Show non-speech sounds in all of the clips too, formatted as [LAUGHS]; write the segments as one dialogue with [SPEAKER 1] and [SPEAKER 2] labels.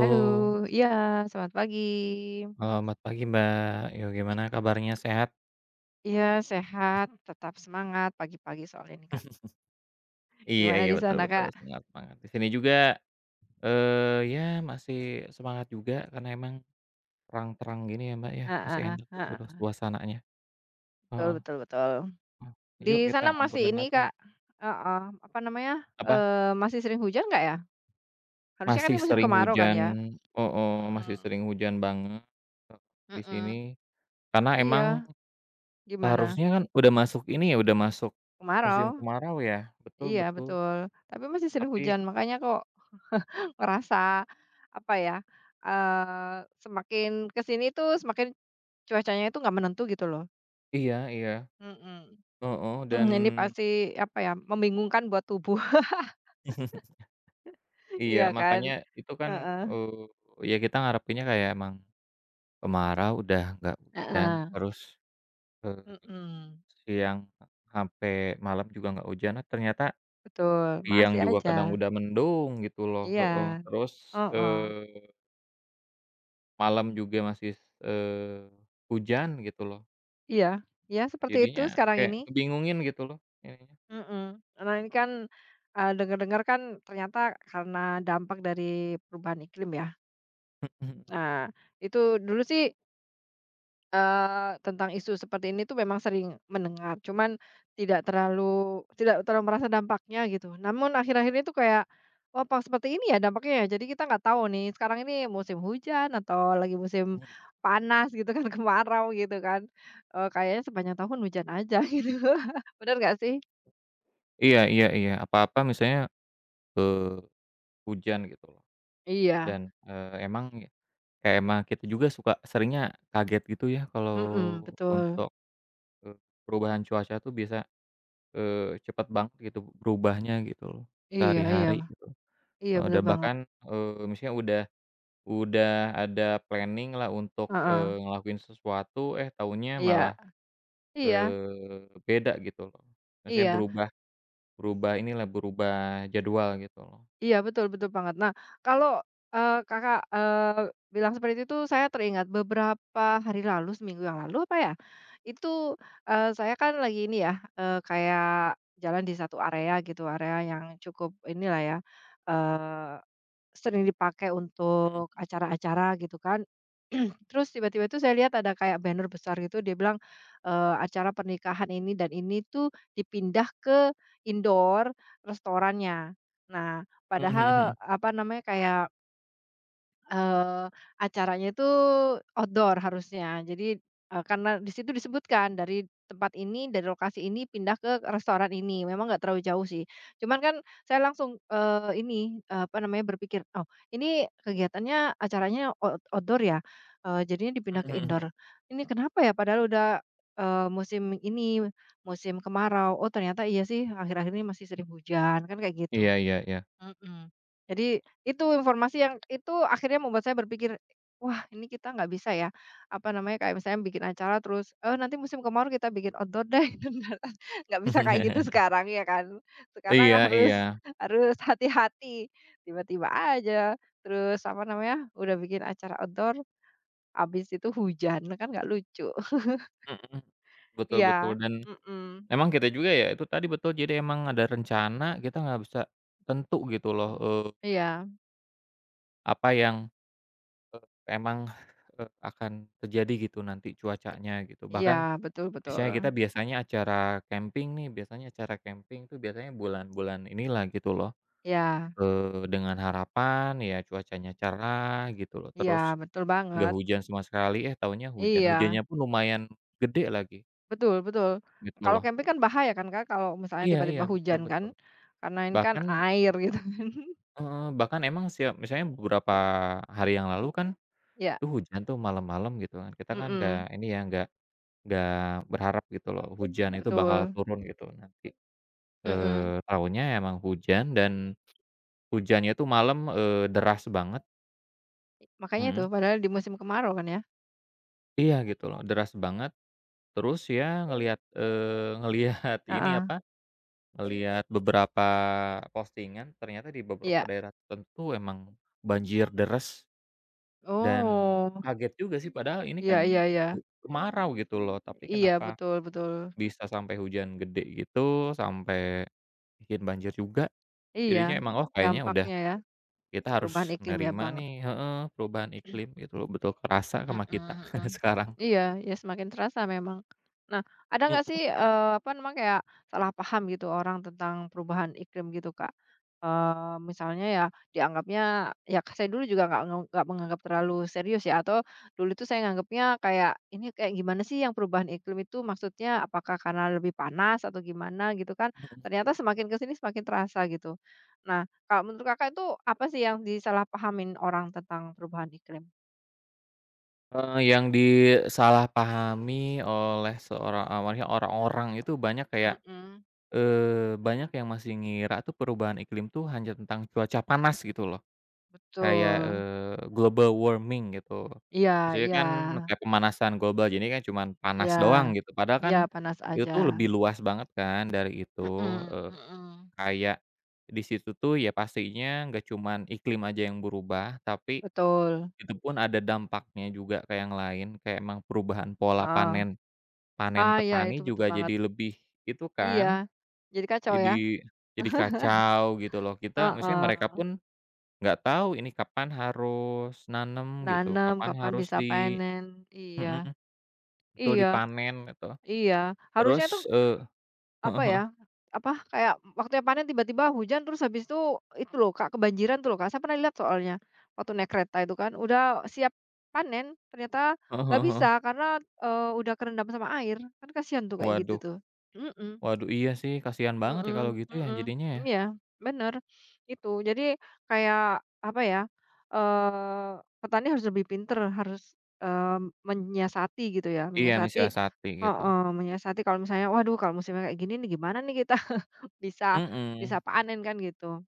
[SPEAKER 1] Halo, iya selamat pagi.
[SPEAKER 2] selamat pagi Mbak. Yo, gimana kabarnya, sehat?
[SPEAKER 1] Iya sehat, tetap semangat pagi-pagi soalnya nih, Kak.
[SPEAKER 2] Iya
[SPEAKER 1] Gimana
[SPEAKER 2] iya,
[SPEAKER 1] di
[SPEAKER 2] betul
[SPEAKER 1] sana,
[SPEAKER 2] betul,
[SPEAKER 1] Kak?
[SPEAKER 2] semangat semangat. Di sini juga, Eh ya masih semangat juga karena emang terang-terang gini ya, Mbak, ya, masih
[SPEAKER 1] Heeh
[SPEAKER 2] enak gitu
[SPEAKER 1] heeh,
[SPEAKER 2] loh suasananya.
[SPEAKER 1] betul
[SPEAKER 2] Heeh
[SPEAKER 1] betul betul.
[SPEAKER 2] heeh. Yuk
[SPEAKER 1] Di
[SPEAKER 2] kita
[SPEAKER 1] sana masih
[SPEAKER 2] ngobrolin
[SPEAKER 1] ini,
[SPEAKER 2] apa ya?
[SPEAKER 1] Kak, heeh, apa namanya,
[SPEAKER 2] Apa,
[SPEAKER 1] Masih sering hujan nggak ya? Harusnya kan
[SPEAKER 2] masih
[SPEAKER 1] ini musim
[SPEAKER 2] sering
[SPEAKER 1] kemarau kan
[SPEAKER 2] hujan.
[SPEAKER 1] ya?
[SPEAKER 2] Oh oh, masih
[SPEAKER 1] Mhm
[SPEAKER 2] sering hujan banget di sini.
[SPEAKER 1] mhm,
[SPEAKER 2] Karena emang
[SPEAKER 1] iya, gimana?
[SPEAKER 2] seharusnya kan udah masuk ini ya, udah masuk musim
[SPEAKER 1] Kemarau?
[SPEAKER 2] kemarau ya, betul
[SPEAKER 1] Iya
[SPEAKER 2] betul,
[SPEAKER 1] betul, tapi masih sering hujan
[SPEAKER 2] tapi
[SPEAKER 1] makanya kok [LAUGHS] ngerasa apa ya, Eh semakin ke sini tuh semakin cuacanya itu nggak menentu gitu loh.
[SPEAKER 2] iya iya.
[SPEAKER 1] Mhm.
[SPEAKER 2] Heeh, dan
[SPEAKER 1] [CLEARS THROAT] Ini pasti, apa ya, membingungkan buat tubuh,
[SPEAKER 2] [LAUGHS]
[SPEAKER 1] [LAUGHS]
[SPEAKER 2] iya,
[SPEAKER 1] iya kan?
[SPEAKER 2] makanya itu kan,
[SPEAKER 1] Heeh,
[SPEAKER 2] ya kita ngarepinnya kayak emang kemarau, udah nggak hujan,
[SPEAKER 1] heeh.
[SPEAKER 2] terus, eee,
[SPEAKER 1] Mhm.
[SPEAKER 2] siang sampai malam juga nggak hujan, eh, ternyata
[SPEAKER 1] Betul,
[SPEAKER 2] siang
[SPEAKER 1] masih
[SPEAKER 2] juga
[SPEAKER 1] aja.
[SPEAKER 2] kadang udah mendung gitu loh,
[SPEAKER 1] Iya,
[SPEAKER 2] heeh, terus,
[SPEAKER 1] heeh,
[SPEAKER 2] eee, malam juga masih, eee, hujan gitu loh.
[SPEAKER 1] iya iya seperti itu
[SPEAKER 2] Jadinya
[SPEAKER 1] sekarang
[SPEAKER 2] kayak
[SPEAKER 1] ini.
[SPEAKER 2] kebingungin gitu loh ininya.
[SPEAKER 1] Mhm. Nah ini kan, dengar-dengar kan ternyata karena dampak dari perubahan iklim ya.
[SPEAKER 2] [LAUGHS]
[SPEAKER 1] Nah, itu dulu sih. Tentang isu seperti ini tuh memang sering mendengar, cuman tidak terlalu tidak terlalu merasa dampaknya gitu. Namun akhir-akhir ini tuh kayak, "Oh, apa seperti ini ya dampaknya ya?" Jadi kita nggak tahu nih sekarang ini musim hujan atau lagi musim panas gitu kan, [LAUGHS] kemarau gitu kan. Kayaknya sepanjang tahun hujan aja [LAUGHS] gitu. Bener nggak sih?
[SPEAKER 2] Iya iya iya, apa-apa misalnya hujan gitu loh
[SPEAKER 1] Iya,
[SPEAKER 2] dan, emang kayak emang kita juga suka seringnya kaget gitu ya kalau
[SPEAKER 1] mhm, betul.
[SPEAKER 2] untuk, eee, perubahan cuaca tuh bisa cepet banget gitu berubahnya gitu loh,
[SPEAKER 1] Iya iya,
[SPEAKER 2] sehari-hari gitu,
[SPEAKER 1] iya bener
[SPEAKER 2] dan
[SPEAKER 1] banget.
[SPEAKER 2] bahkan, misalnya udah ada planning-lah untuk,
[SPEAKER 1] Heeh.
[SPEAKER 2] ngelakuin sesuatu, eh taunya
[SPEAKER 1] Iya,
[SPEAKER 2] malah,
[SPEAKER 1] iya,
[SPEAKER 2] beda gitu loh. Maksudnya
[SPEAKER 1] iya.
[SPEAKER 2] berubah berubah inilah, berubah jadwal gitu loh.
[SPEAKER 1] Iya, betul betul banget. Nah, kalau, Kakak, bilang seperti itu saya teringat beberapa hari lalu, seminggu yang lalu apa ya, itu, saya kan lagi ini ya, kayak jalan di satu area gitu, area yang cukup inilah ya, sering dipakai untuk
[SPEAKER 2] [LAUGHS]
[SPEAKER 1] acara-acara gitu kan. [CLEARS THROAT] Terus tiba-tiba itu saya lihat ada kayak banner besar gitu dia bilang, acara pernikahan ini dan ini tuh dipindah ke indoor restorannya. Nah,
[SPEAKER 2] Mhm, mhm
[SPEAKER 1] padahal
[SPEAKER 2] mhm,
[SPEAKER 1] apa namanya, kayak Eee, acaranya itu outdoor harusnya. Jadi, karena di situ disebutkan dari tempat ini, dari lokasi ini pindah ke restoran ini. Memang nggak terlalu jauh sih. Cuman kan saya langsung, ini, apa namanya, berpikir, "Oh, ini kegiatannya, acaranya outdoor ya? Jadinya dipindah
[SPEAKER 2] mhm
[SPEAKER 1] ke
[SPEAKER 2] mhm mhm.
[SPEAKER 1] indoor. Ini kenapa ya? Padahal udah, musim ini, musim kemarau. Oh, ternyata iya sih akhir-akhir ini masih sering hujan." Kan kayak gitu.
[SPEAKER 2] Iya iya iya.
[SPEAKER 1] Mhm. Jadi itu informasi yang itu akhirnya membuat saya berpikir, "Wah, ini kita nggak bisa ya," apa namanya, kayak misalnya bikin acara terus, "Oh, nanti musim kemarau kita bikin outdoor deh." [LAUGHS] Nggak bisa kayak gitu
[SPEAKER 2] [LAUGHS]
[SPEAKER 1] sekarang ya kan. Sekarang
[SPEAKER 2] Iya
[SPEAKER 1] harus
[SPEAKER 2] iya.
[SPEAKER 1] harus hati-hati, tiba-tiba aja, terus apa namanya, udah bikin acara outdoor, habis itu hujan, kan nggak lucu. [LAUGHS]
[SPEAKER 2] Mhm. Betul betul
[SPEAKER 1] Iya,
[SPEAKER 2] dan
[SPEAKER 1] mhm,
[SPEAKER 2] emang kita juga ya, itu tadi betul jadi emang ada rencana kita nggak bisa tentu gitu loh,
[SPEAKER 1] iya,
[SPEAKER 2] apa yang, eee, emang, akan terjadi gitu nanti cuacanya gitu.
[SPEAKER 1] iya,
[SPEAKER 2] Bahkan
[SPEAKER 1] betul betul.
[SPEAKER 2] misalnya kita biasanya acara camping nih, biasanya acara camping tuh biasanya bulan-bulan inilah gitu loh,
[SPEAKER 1] Iya,
[SPEAKER 2] dengan harapan ya cuacanya cerah gitu loh,
[SPEAKER 1] iya,
[SPEAKER 2] terus
[SPEAKER 1] betul
[SPEAKER 2] nggak
[SPEAKER 1] banget.
[SPEAKER 2] hujan sama sekali, eh taunya hujan,
[SPEAKER 1] Iya.
[SPEAKER 2] hujannya pun lumayan gede lagi
[SPEAKER 1] Betul betul.
[SPEAKER 2] gitu
[SPEAKER 1] Kalau
[SPEAKER 2] loh.
[SPEAKER 1] camping kan bahaya kan, Kak, kalau misalnya
[SPEAKER 2] Iya iya,
[SPEAKER 1] tiba-tiba
[SPEAKER 2] betul
[SPEAKER 1] hujan kan,
[SPEAKER 2] betul.
[SPEAKER 1] karena ini kan
[SPEAKER 2] Bahkan
[SPEAKER 1] air gitu.
[SPEAKER 2] heeh, bahkan emang siap misalnya beberapa hari yang lalu kan,
[SPEAKER 1] [LAUGHS] Ya,
[SPEAKER 2] tuh hujan tuh malam-malam gitu kan, kita kan nggak
[SPEAKER 1] mhm,
[SPEAKER 2] ini ya, nggak berharap gitu loh hujan itu bakal
[SPEAKER 1] betul,
[SPEAKER 2] turun gitu nanti.
[SPEAKER 1] mhm.
[SPEAKER 2] Taunya emang hujan dan hujannya tuh malam, deras banget.
[SPEAKER 1] Makanya itu,
[SPEAKER 2] Mhm,
[SPEAKER 1] padahal di musim kemarau kan ya?
[SPEAKER 2] iya gitu loh, deras banget, terus ya ngelihat, ngelihat [LAUGHS] ini
[SPEAKER 1] Heeh,
[SPEAKER 2] apa, ngelihat beberapa postingan ternyata di beberapa
[SPEAKER 1] iya.
[SPEAKER 2] daerah tertentu emang banjir deres. Dan
[SPEAKER 1] Oh,
[SPEAKER 2] kaget juga sih padahal ini
[SPEAKER 1] iya iya
[SPEAKER 2] kan
[SPEAKER 1] iya.
[SPEAKER 2] u kemarau gitu loh, tapi
[SPEAKER 1] Iya,
[SPEAKER 2] kenapa
[SPEAKER 1] betul betul.
[SPEAKER 2] bisa sampai hujan gede gitu, sampai bikin banjir juga.
[SPEAKER 1] Iya,
[SPEAKER 2] Jadinya emang, oh kayaknya udah
[SPEAKER 1] dampaknya ya,
[SPEAKER 2] kita harus
[SPEAKER 1] perubahan iklim ya,
[SPEAKER 2] nerima
[SPEAKER 1] banget.
[SPEAKER 2] nih heeh, perubahan iklim gitu loh, betul kerasa
[SPEAKER 1] Mhm
[SPEAKER 2] sama kita
[SPEAKER 1] mhm.
[SPEAKER 2] [LAUGHS] sekarang.
[SPEAKER 1] Iya, ya semakin terasa memang. Nah, ada
[SPEAKER 2] Mhm,
[SPEAKER 1] nggak sih, apa namanya, kayak salah paham gitu orang tentang perubahan iklim gitu, Kak? Misalnya ya dianggapnya ya saya dulu juga nggak menganggap terlalu serius ya, atau dulu itu saya nganggapnya kayak, "Ini kayak gimana sih yang perubahan iklim itu maksudnya? Apakah karena lebih panas atau gimana?" Gitu kan. Ternyata semakin ke sini semakin terasa gitu. Nah, kalau menurut Kakak itu apa sih yang disalahpahamin orang tentang perubahan iklim?
[SPEAKER 2] yang disalahpahami oleh orang-orang itu banyak kayak,
[SPEAKER 1] Mhm.
[SPEAKER 2] banyak yang masih ngira tuh perubahan iklim tuh hanya tentang cuaca panas gitu loh. Kayak,
[SPEAKER 1] Betul.
[SPEAKER 2] global warming gitu.
[SPEAKER 1] Iya
[SPEAKER 2] Maksudnya
[SPEAKER 1] iya
[SPEAKER 2] kan kayak pemanasan global, jadi kan cuman
[SPEAKER 1] iya.
[SPEAKER 2] panas doang gitu, padahal kan
[SPEAKER 1] Iya, panas
[SPEAKER 2] itu
[SPEAKER 1] aja.
[SPEAKER 2] tuh lebih luas banget kan dari itu,
[SPEAKER 1] Mhm
[SPEAKER 2] eee,
[SPEAKER 1] mhm.
[SPEAKER 2] kayak di situ tuh ya pastinya nggak cuman iklim aja yang berubah, tapi
[SPEAKER 1] Betul,
[SPEAKER 2] itu pun ada dampaknya juga ke yang lain, kayak emang perubahan pola
[SPEAKER 1] heeh.
[SPEAKER 2] panen panen
[SPEAKER 1] Ah, iya
[SPEAKER 2] petani
[SPEAKER 1] itu betul
[SPEAKER 2] juga
[SPEAKER 1] banget.
[SPEAKER 2] jadi lebih itu
[SPEAKER 1] Iya,
[SPEAKER 2] kan,
[SPEAKER 1] jadi kacau ya.
[SPEAKER 2] jadi jadi
[SPEAKER 1] [LAUGHS]
[SPEAKER 2] kacau gitu loh. Kita maksudnya mereka
[SPEAKER 1] Heeh,
[SPEAKER 2] pun nggak tahu ini kapan harus nanem gitu,
[SPEAKER 1] nanam
[SPEAKER 2] kapan
[SPEAKER 1] kapan
[SPEAKER 2] harus
[SPEAKER 1] bisa
[SPEAKER 2] di
[SPEAKER 1] panen. Iya
[SPEAKER 2] mhm, betul
[SPEAKER 1] iya
[SPEAKER 2] dipanen gitu.
[SPEAKER 1] iya. Harusnya tuh
[SPEAKER 2] Terus,
[SPEAKER 1] apa
[SPEAKER 2] heeh heeh,
[SPEAKER 1] ya, apa, kayak waktunya panen tiba-tiba hujan terus habis itu loh Kak, kebanjiran tuh loh Kak, saya pernah lihat soalnya, waktu naik kereta itu kan, udah siap panen, ternyata
[SPEAKER 2] heeh
[SPEAKER 1] nggak
[SPEAKER 2] heeh heeh.
[SPEAKER 1] bisa karena, udah kerendam sama air, kan kasihan tuh
[SPEAKER 2] [LAUGHS]
[SPEAKER 1] kayak gitu
[SPEAKER 2] Waduh
[SPEAKER 1] tuh. Mhm.
[SPEAKER 2] waduh iya sih kasihan banget ya kalau
[SPEAKER 1] Mhm
[SPEAKER 2] gitu ya
[SPEAKER 1] mhm,
[SPEAKER 2] jadinya ya.
[SPEAKER 1] iya bener itu. Jadi kayak apa ya, petani harus lebih pinter, harus, eee, menyiasati gitu ya,
[SPEAKER 2] Iya
[SPEAKER 1] menyiasati
[SPEAKER 2] mensiasati gitu.
[SPEAKER 1] heeh, menyiasati kalau misalnya, "Waduh kalau musimnya kayak gini nih gimana nih kita [LAUGHS] bisa bisa
[SPEAKER 2] Mhm,
[SPEAKER 1] panen kan," gitu.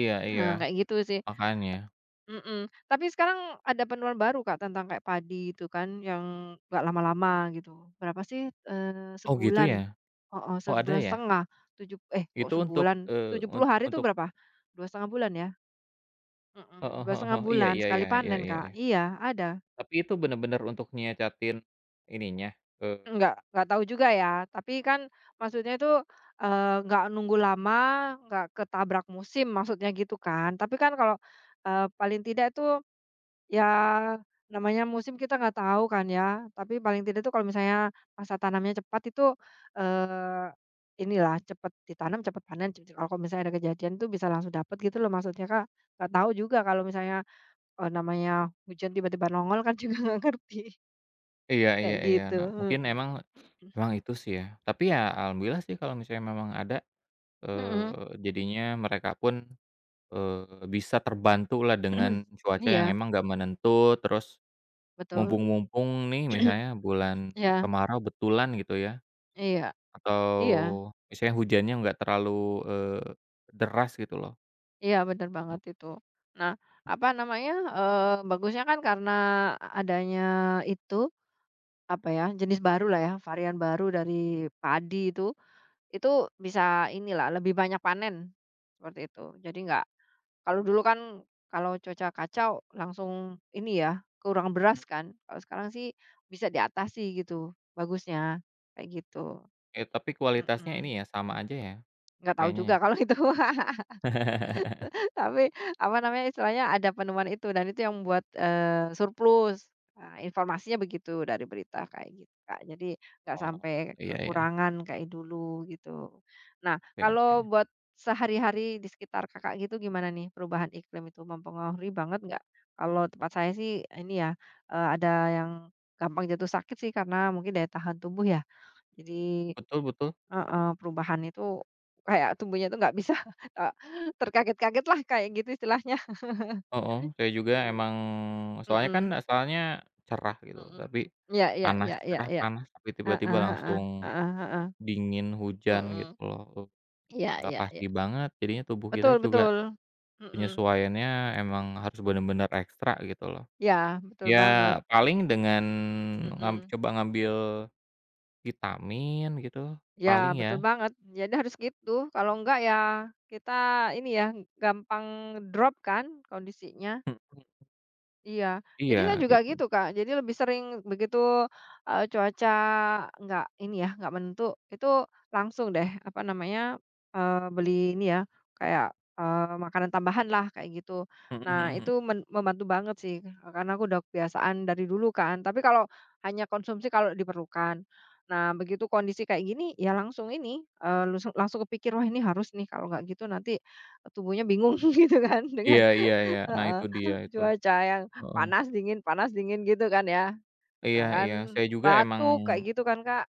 [SPEAKER 2] iya iya
[SPEAKER 1] Nah, kayak gitu sih.
[SPEAKER 2] makanya.
[SPEAKER 1] Mhm, tapi sekarang ada penemuan baru, Kak, tentang kayak padi itu kan yang nggak lama-lama gitu. Berapa sih,
[SPEAKER 2] Oh gitu
[SPEAKER 1] sebulan
[SPEAKER 2] ya?
[SPEAKER 1] oh oh,
[SPEAKER 2] Oh ada
[SPEAKER 1] sebulan
[SPEAKER 2] ya?
[SPEAKER 1] setengah, tujuh eh, kok
[SPEAKER 2] Itu untuk,
[SPEAKER 1] sebulan, tujuh
[SPEAKER 2] un
[SPEAKER 1] puluh hari itu
[SPEAKER 2] untuk
[SPEAKER 1] berapa? 2,5 bulan ya? Mm-mm.
[SPEAKER 2] heeh
[SPEAKER 1] dua
[SPEAKER 2] heeh
[SPEAKER 1] setengah
[SPEAKER 2] heeh, iya
[SPEAKER 1] bulan
[SPEAKER 2] iya
[SPEAKER 1] sekali
[SPEAKER 2] iya iya
[SPEAKER 1] panen,
[SPEAKER 2] iya
[SPEAKER 1] Kak.
[SPEAKER 2] iya.
[SPEAKER 1] Iya, ada.
[SPEAKER 2] Tapi itu bener-bener untuk nyiacatin ininya, eee
[SPEAKER 1] Nggak tahu juga ya, tapi kan maksudnya itu, nggak nunggu lama, nggak ketabrak musim maksudnya gitu kan. Tapi kan kalau, paling tidak itu. Ya, namanya musim kita nggak tahu kan ya, tapi paling tidak tuh kalau misalnya masa tanamnya cepat itu, eee, inilah cepat ditanam, cepat panen, kalau kalau misalnya ada kejadian tuh bisa langsung dapet gitu loh maksudnya, Kak. Nggak tahu juga kalau misalnya, namanya hujan tiba-tiba nongol kan [LAUGHS] juga nggak ngerti,
[SPEAKER 2] Iya
[SPEAKER 1] [LAUGHS] kayak
[SPEAKER 2] iya iya.
[SPEAKER 1] gitu,
[SPEAKER 2] Nah, mungkin
[SPEAKER 1] mhm,
[SPEAKER 2] emang emang itu sih ya. Tapi ya alhamdulillah sih kalau misalnya memang ada,
[SPEAKER 1] mhm,
[SPEAKER 2] jadinya mereka pun, bisa terbantu lah dengan
[SPEAKER 1] [CLEARS THROAT]
[SPEAKER 2] cuaca yang
[SPEAKER 1] iya,
[SPEAKER 2] emang nggak menentu, terus
[SPEAKER 1] betul,
[SPEAKER 2] mumpung-mumpung nih misalnya bulan
[SPEAKER 1] iya
[SPEAKER 2] kemarau betulan gitu ya,
[SPEAKER 1] iya
[SPEAKER 2] atau
[SPEAKER 1] iya
[SPEAKER 2] misalnya hujannya nggak terlalu, eee, deras gitu loh.
[SPEAKER 1] iya, bener banget itu. Nah, apa namanya, bagusnya kan karena adanya itu apa ya, jenis baru lah ya, varian baru dari padi itu bisa inilah lebih banyak panen, seperti itu. Jadi nggak kalau dulu kan kalau cuaca kacau langsung ini ya, kurang beras kan. Kalau sekarang sih bisa diatasi gitu bagusnya, kayak gitu.
[SPEAKER 2] Eh, tapi kualitasnya
[SPEAKER 1] Mhm,
[SPEAKER 2] ini ya sama aja ya
[SPEAKER 1] nggak tahu juga
[SPEAKER 2] kayaknya ya?
[SPEAKER 1] kalau itu. [LAUGHS]
[SPEAKER 2] [LAUGHS]
[SPEAKER 1] Tapi, apa namanya, istilahnya ada penemuan itu dan itu yang membuat, surplus. Nah, informasinya begitu dari berita kayak gitu, Kak. Jadi nggak
[SPEAKER 2] Oh,
[SPEAKER 1] sampai
[SPEAKER 2] iya iya.
[SPEAKER 1] kekurangan kayak dulu gitu. Nah,
[SPEAKER 2] Oke oke.
[SPEAKER 1] kalau buat sehari-hari di sekitar Kakak gitu gimana nih perubahan iklim itu mempengaruhi banget nggak? Kalau tempat saya sih ini ya, ada yang gampang jatuh sakit sih karena mungkin daya tahan tubuh ya. Jadi
[SPEAKER 2] Betul betul.
[SPEAKER 1] heeh, perubahan itu kayak tumbuhnya tuh nggak bisa, [LAUGHS] eee, terkaget-kaget lah kayak gitu istilahnya.
[SPEAKER 2] Heeh, saya juga
[SPEAKER 1] Mhm.
[SPEAKER 2] emang soalnya kan
[SPEAKER 1] Mhm,
[SPEAKER 2] asalnya cerah gitu,
[SPEAKER 1] mhm.
[SPEAKER 2] tapi
[SPEAKER 1] Iya iya
[SPEAKER 2] panas,
[SPEAKER 1] iya iya
[SPEAKER 2] cerah,
[SPEAKER 1] iya.
[SPEAKER 2] panas, tapi tiba-tiba
[SPEAKER 1] Heeh heeh,
[SPEAKER 2] langsung
[SPEAKER 1] heeh heeh,
[SPEAKER 2] dingin, hujan gitu
[SPEAKER 1] mhm.
[SPEAKER 2] loh,
[SPEAKER 1] Iya
[SPEAKER 2] nggak
[SPEAKER 1] iya iya.
[SPEAKER 2] pasti banget, jadinya tubuh kita
[SPEAKER 1] Betul
[SPEAKER 2] juga
[SPEAKER 1] betul. Mhm.
[SPEAKER 2] penyesuaiannya emang harus bener-bener ekstra gitu loh.
[SPEAKER 1] Ya, betul banget.
[SPEAKER 2] Ya paling dengan
[SPEAKER 1] Mhm.
[SPEAKER 2] coba ngambil vitamin gitu,
[SPEAKER 1] Ya,
[SPEAKER 2] paling ya.
[SPEAKER 1] betul banget. Jadi harus gitu, kalau enggak ya kita ini ya, gampang drop kan kondisinya.
[SPEAKER 2] Mhm,
[SPEAKER 1] Iya, jadi
[SPEAKER 2] iya
[SPEAKER 1] saya juga
[SPEAKER 2] gitu.
[SPEAKER 1] gitu, Kak. Jadi lebih sering begitu, cuaca nggak ini ya, nggak menentu, itu langsung deh, apa namanya, beli ini ya, kayak, makanan tambahan lah, kayak gitu.
[SPEAKER 2] Mhm
[SPEAKER 1] Nah,
[SPEAKER 2] mhm mhm.
[SPEAKER 1] itu membantu banget sih, karena aku udah kebiasaan dari dulu kan. Tapi kalau hanya konsumsi kalau diperlukan. Nah, begitu kondisi kayak gini, ya langsung ini, langsung kepikir, "Wah, ini harus nih, kalau nggak gitu nanti tubuhnya bingung," [LAUGHS] gitu kan, dengan
[SPEAKER 2] Iya iya iya, nah
[SPEAKER 1] heeh,
[SPEAKER 2] itu dia itu.
[SPEAKER 1] cuaca yang
[SPEAKER 2] Heeh.
[SPEAKER 1] panas dingin gitu kan ya. Nah
[SPEAKER 2] Iya
[SPEAKER 1] kan
[SPEAKER 2] iya, saya juga emang.
[SPEAKER 1] batuk kayak gitu kan, Kak,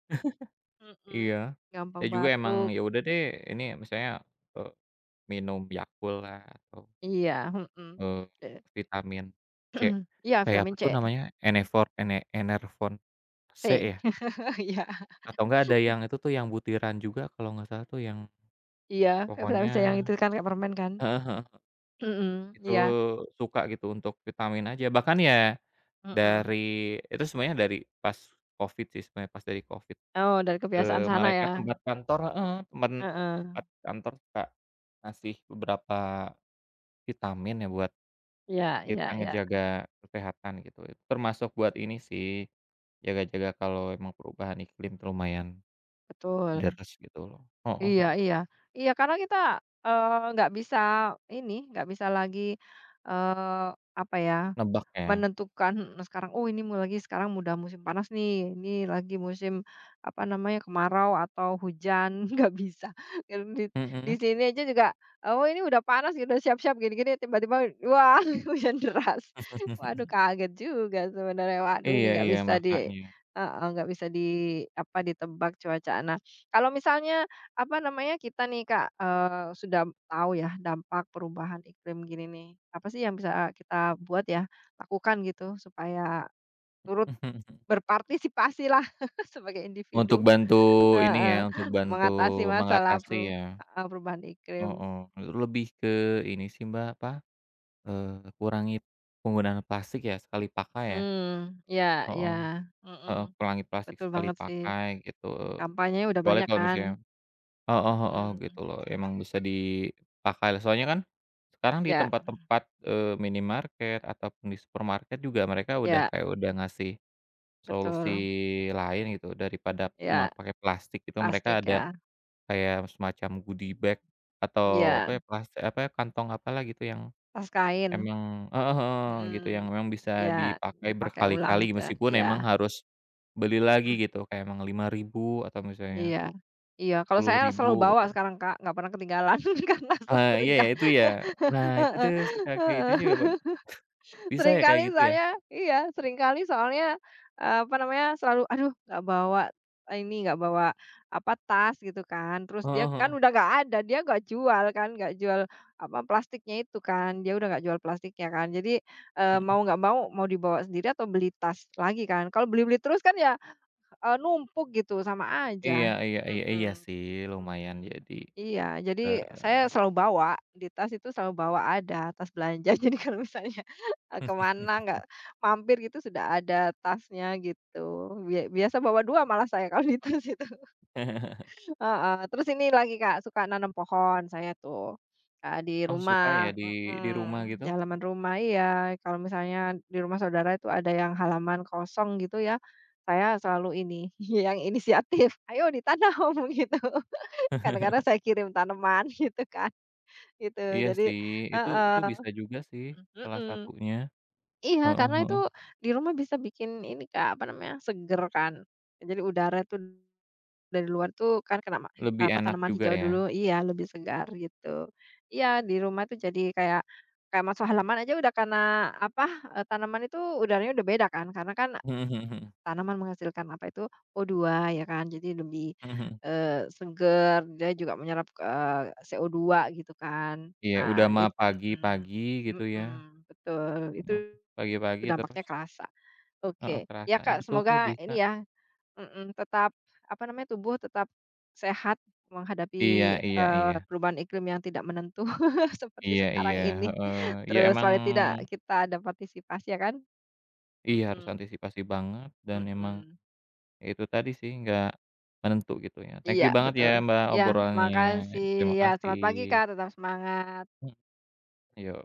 [SPEAKER 2] Iya,
[SPEAKER 1] mhm, gampang
[SPEAKER 2] saya juga emang
[SPEAKER 1] batuk
[SPEAKER 2] ya udah deh ini misalnya, eee, minum Yakult lah atau,
[SPEAKER 1] iya, mhm,
[SPEAKER 2] eee,
[SPEAKER 1] eee,
[SPEAKER 2] vitamin C,
[SPEAKER 1] [CLEARS THROAT] iya
[SPEAKER 2] kayak apa
[SPEAKER 1] vitamin C,
[SPEAKER 2] tuh namanya, Enefor Ene Enervon C
[SPEAKER 1] C
[SPEAKER 2] ya?
[SPEAKER 1] [LAUGHS] iya
[SPEAKER 2] Atau enggak ada yang itu tuh yang butiran juga kalau nggak salah tuh yang
[SPEAKER 1] iya kayak vitamin C yang itu
[SPEAKER 2] pokoknya
[SPEAKER 1] kan kayak permen kan,
[SPEAKER 2] heeh heeh,
[SPEAKER 1] mhm,
[SPEAKER 2] itu
[SPEAKER 1] iya,
[SPEAKER 2] suka gitu untuk vitamin aja, bahkan ya
[SPEAKER 1] mhm,
[SPEAKER 2] dari itu sebenarnya dari pas Covid sih sebenarnya, pas dari Covid,
[SPEAKER 1] oh dari kebiasaan sana
[SPEAKER 2] mereka
[SPEAKER 1] ya,
[SPEAKER 2] tempat kantor heeh, temen
[SPEAKER 1] heeh,
[SPEAKER 2] tempat kantor suka ngasih beberapa vitamin ya buat
[SPEAKER 1] iya iya
[SPEAKER 2] kita
[SPEAKER 1] iya
[SPEAKER 2] ngejaga kesehatan gitu. Itu termasuk buat ini sih, jaga-jaga kalau emang perubahan iklim tuh lumayan
[SPEAKER 1] betul,
[SPEAKER 2] deres gitu loh. Heeh
[SPEAKER 1] iya
[SPEAKER 2] heeh,
[SPEAKER 1] iya iya karena kita, nggak bisa ini, nggak bisa lagi, eee, apa ya,
[SPEAKER 2] nebak ya.
[SPEAKER 1] menentukan, "Hmm, nah sekarang, oh ini lagi sekarang mudah musim panas nih, ini lagi musim, apa namanya, kemarau atau hujan, [LAUGHS] nggak bisa." Dan di
[SPEAKER 2] Mhm.
[SPEAKER 1] sini aja juga, oh ini udah panas, gitu, udah siap-siap gini-gini, tiba-tiba wah [LAUGHS] hujan deras. Waduh
[SPEAKER 2] [LAUGHS]
[SPEAKER 1] kaget juga sebenarnya, waduh ini
[SPEAKER 2] Iya
[SPEAKER 1] nggak
[SPEAKER 2] iya,
[SPEAKER 1] bisa di,
[SPEAKER 2] makanya.
[SPEAKER 1] heeh, nggak bisa di apa, ditebak cuaca. Nah, kalau misalnya, apa namanya, kita nih Kak, sudah tahu ya dampak perubahan iklim gini nih, apa sih yang bisa kita buat ya? Lakukan gitu supaya turut
[SPEAKER 2] [LAUGHS]
[SPEAKER 1] berpartisipasilah [LAUGHS] sebagai
[SPEAKER 2] Untuk
[SPEAKER 1] individu
[SPEAKER 2] bantu ini ya,
[SPEAKER 1] heeh,
[SPEAKER 2] untuk bantu
[SPEAKER 1] mengatasi masalah
[SPEAKER 2] mengatasi ya.
[SPEAKER 1] heeh, perubahan iklim.
[SPEAKER 2] Heeh, lebih ke ini sih Mbak, apa, kurangi penggunaan plastik ya, sekali pakai ya.
[SPEAKER 1] Mmm, ya, iya,
[SPEAKER 2] Heeh
[SPEAKER 1] mhm,
[SPEAKER 2] heeh, kurangi plastik
[SPEAKER 1] betul
[SPEAKER 2] sekali
[SPEAKER 1] banget sih,
[SPEAKER 2] pakai gitu,
[SPEAKER 1] kampanye udah
[SPEAKER 2] kecuali
[SPEAKER 1] banyak
[SPEAKER 2] kalau
[SPEAKER 1] kan,
[SPEAKER 2] misalnya heeh
[SPEAKER 1] mhm,
[SPEAKER 2] heeh, gitu loh, emang bisa dipakai lah soalnya kan sekarang di
[SPEAKER 1] ya,
[SPEAKER 2] tempat-tempat, minimarket ataupun di supermarket juga mereka udah
[SPEAKER 1] ya,
[SPEAKER 2] kayak udah ngasih solusi
[SPEAKER 1] betul,
[SPEAKER 2] lain gitu daripada cuma
[SPEAKER 1] ya
[SPEAKER 2] pakai plastik gitu mereka
[SPEAKER 1] plastik
[SPEAKER 2] ada
[SPEAKER 1] ya,
[SPEAKER 2] kayak semacam goodie bag atau apa
[SPEAKER 1] ya
[SPEAKER 2] ya plas apa ya, kantong apalah gitu yang
[SPEAKER 1] tas kain,
[SPEAKER 2] emang heeh heeh, gitu yang
[SPEAKER 1] mhm,
[SPEAKER 2] memang bisa
[SPEAKER 1] ya
[SPEAKER 2] dipakai
[SPEAKER 1] dipakai ulang
[SPEAKER 2] berkali-kali
[SPEAKER 1] itu ya,
[SPEAKER 2] meskipun
[SPEAKER 1] iya,
[SPEAKER 2] emang harus beli lagi gitu
[SPEAKER 1] [CLEARS THROAT]
[SPEAKER 2] kayak emang 5.000 atau misalnya
[SPEAKER 1] iya iya, kalau
[SPEAKER 2] sepuluh
[SPEAKER 1] saya
[SPEAKER 2] ribu
[SPEAKER 1] selalu bawa
[SPEAKER 2] gitu.
[SPEAKER 1] sekarang Kak, nggak pernah ketinggalan [LAUGHS] karena
[SPEAKER 2] Ah
[SPEAKER 1] sesering
[SPEAKER 2] iya ya, itu ya. Nah, itu
[SPEAKER 1] heeh
[SPEAKER 2] tuh suka kayak gitu
[SPEAKER 1] heeh.
[SPEAKER 2] juga bag bisa ya kayak
[SPEAKER 1] Seringkali
[SPEAKER 2] gitu ya?
[SPEAKER 1] soalnya iya, seringkali soalnya, apa namanya, selalu, "Aduh, nggak bawa ini, nggak bawa, apa, tas," gitu kan. Terus dia
[SPEAKER 2] Heeh
[SPEAKER 1] kan
[SPEAKER 2] heeh,
[SPEAKER 1] udah nggak ada, dia nggak jual kan, nggak jual, apa, plastiknya itu kan, dia udah nggak jual plastiknya kan. Jadi,
[SPEAKER 2] mhm.
[SPEAKER 1] mau nggak mau, mau dibawa sendiri atau beli tas lagi kan. Kalau beli-beli terus kan ya, numpuk gitu, sama
[SPEAKER 2] Iya
[SPEAKER 1] aja.
[SPEAKER 2] iya iya iya
[SPEAKER 1] Mhm.
[SPEAKER 2] sih, lumayan
[SPEAKER 1] Mhm.
[SPEAKER 2] jadi,
[SPEAKER 1] Iya, jadi
[SPEAKER 2] eee,
[SPEAKER 1] saya selalu bawa, di tas itu selalu bawa ada, tas belanja. [LAUGHS] Jadi kalau misalnya, eee, ke nggak mampir gitu sudah ada tasnya gitu. Biasa bawa 2 malah saya kalau di tas itu. [LAUGHS]
[SPEAKER 2] [LAUGHS]
[SPEAKER 1] Heeh, terus ini lagi, Kak, suka nanam pohon saya tuh, di
[SPEAKER 2] oh suka ya
[SPEAKER 1] rumah
[SPEAKER 2] di rumah
[SPEAKER 1] mhm, di
[SPEAKER 2] gitu?
[SPEAKER 1] halaman rumah iya, kalau misalnya di rumah saudara itu ada yang halaman kosong gitu ya, saya selalu ini, [LAUGHS] yang inisiatif, "Ayo ditanam," [LAUGHS] gitu. Kadang-kadang saya
[SPEAKER 2] [LAUGHS]
[SPEAKER 1] kirim tanaman [LAUGHS] gitu kan, gitu.
[SPEAKER 2] Iya
[SPEAKER 1] Jadi
[SPEAKER 2] sih, itu
[SPEAKER 1] heeh,
[SPEAKER 2] bisa juga sih
[SPEAKER 1] mmm,
[SPEAKER 2] salah
[SPEAKER 1] mhm.
[SPEAKER 2] satunya.
[SPEAKER 1] Iya,
[SPEAKER 2] Heeh
[SPEAKER 1] karena itu
[SPEAKER 2] heeh.
[SPEAKER 1] di rumah bisa bikin ini Kak, apa namanya, seger kan. Jadi udara tuh dari luar tuh kan kena
[SPEAKER 2] Lebih
[SPEAKER 1] apa,
[SPEAKER 2] enak
[SPEAKER 1] tanaman
[SPEAKER 2] juga
[SPEAKER 1] hijau
[SPEAKER 2] ya.
[SPEAKER 1] dulu
[SPEAKER 2] [LAUGHS]
[SPEAKER 1] iya, lebih segar gitu. Iya, di rumah tuh jadi kayak kayak masuk halaman aja udah karena apa, tanaman itu udaranya udah beda kan, karena kan
[SPEAKER 2] Mhm mhm mhm.
[SPEAKER 1] tanaman menghasilkan apa itu, O2 ya kan, jadi lebih,
[SPEAKER 2] Mhm mhm.
[SPEAKER 1] seger, dia juga menyerap, CO2 gitu kan.
[SPEAKER 2] Iya, udah
[SPEAKER 1] Nah
[SPEAKER 2] mah pagi-pagi
[SPEAKER 1] mhm,
[SPEAKER 2] gitu ya,
[SPEAKER 1] mhm, betul, itu
[SPEAKER 2] heeh. Pagi-pagi
[SPEAKER 1] dampaknya
[SPEAKER 2] terus
[SPEAKER 1] kerasa.
[SPEAKER 2] heeh,
[SPEAKER 1] Oke, ya
[SPEAKER 2] kerasa, iya
[SPEAKER 1] Kak,
[SPEAKER 2] betul tuh
[SPEAKER 1] semoga
[SPEAKER 2] bisa.
[SPEAKER 1] ini ya mhm, tetap apa namanya, tubuh tetap sehat
[SPEAKER 2] Iya
[SPEAKER 1] menghadapi,
[SPEAKER 2] iya iya.
[SPEAKER 1] perubahan iklim yang tidak menentu [LAUGHS] seperti
[SPEAKER 2] Iya iya,
[SPEAKER 1] sekarang ini.
[SPEAKER 2] heeh, ya
[SPEAKER 1] Terus
[SPEAKER 2] emang
[SPEAKER 1] paling tidak kita ada partisipasi ya kan?
[SPEAKER 2] iya harus
[SPEAKER 1] Mhm,
[SPEAKER 2] antisipasi banget dan emang
[SPEAKER 1] mhm.
[SPEAKER 2] ya itu tadi sih nggak menentu gitu ya. Thank
[SPEAKER 1] Iya
[SPEAKER 2] you banget ya
[SPEAKER 1] betul.
[SPEAKER 2] Mbak
[SPEAKER 1] Ya,
[SPEAKER 2] obrolannya,
[SPEAKER 1] makasih
[SPEAKER 2] terima
[SPEAKER 1] ya selamat
[SPEAKER 2] kasih.
[SPEAKER 1] pagi Kak, tetap semangat.
[SPEAKER 2] Mhm, yo.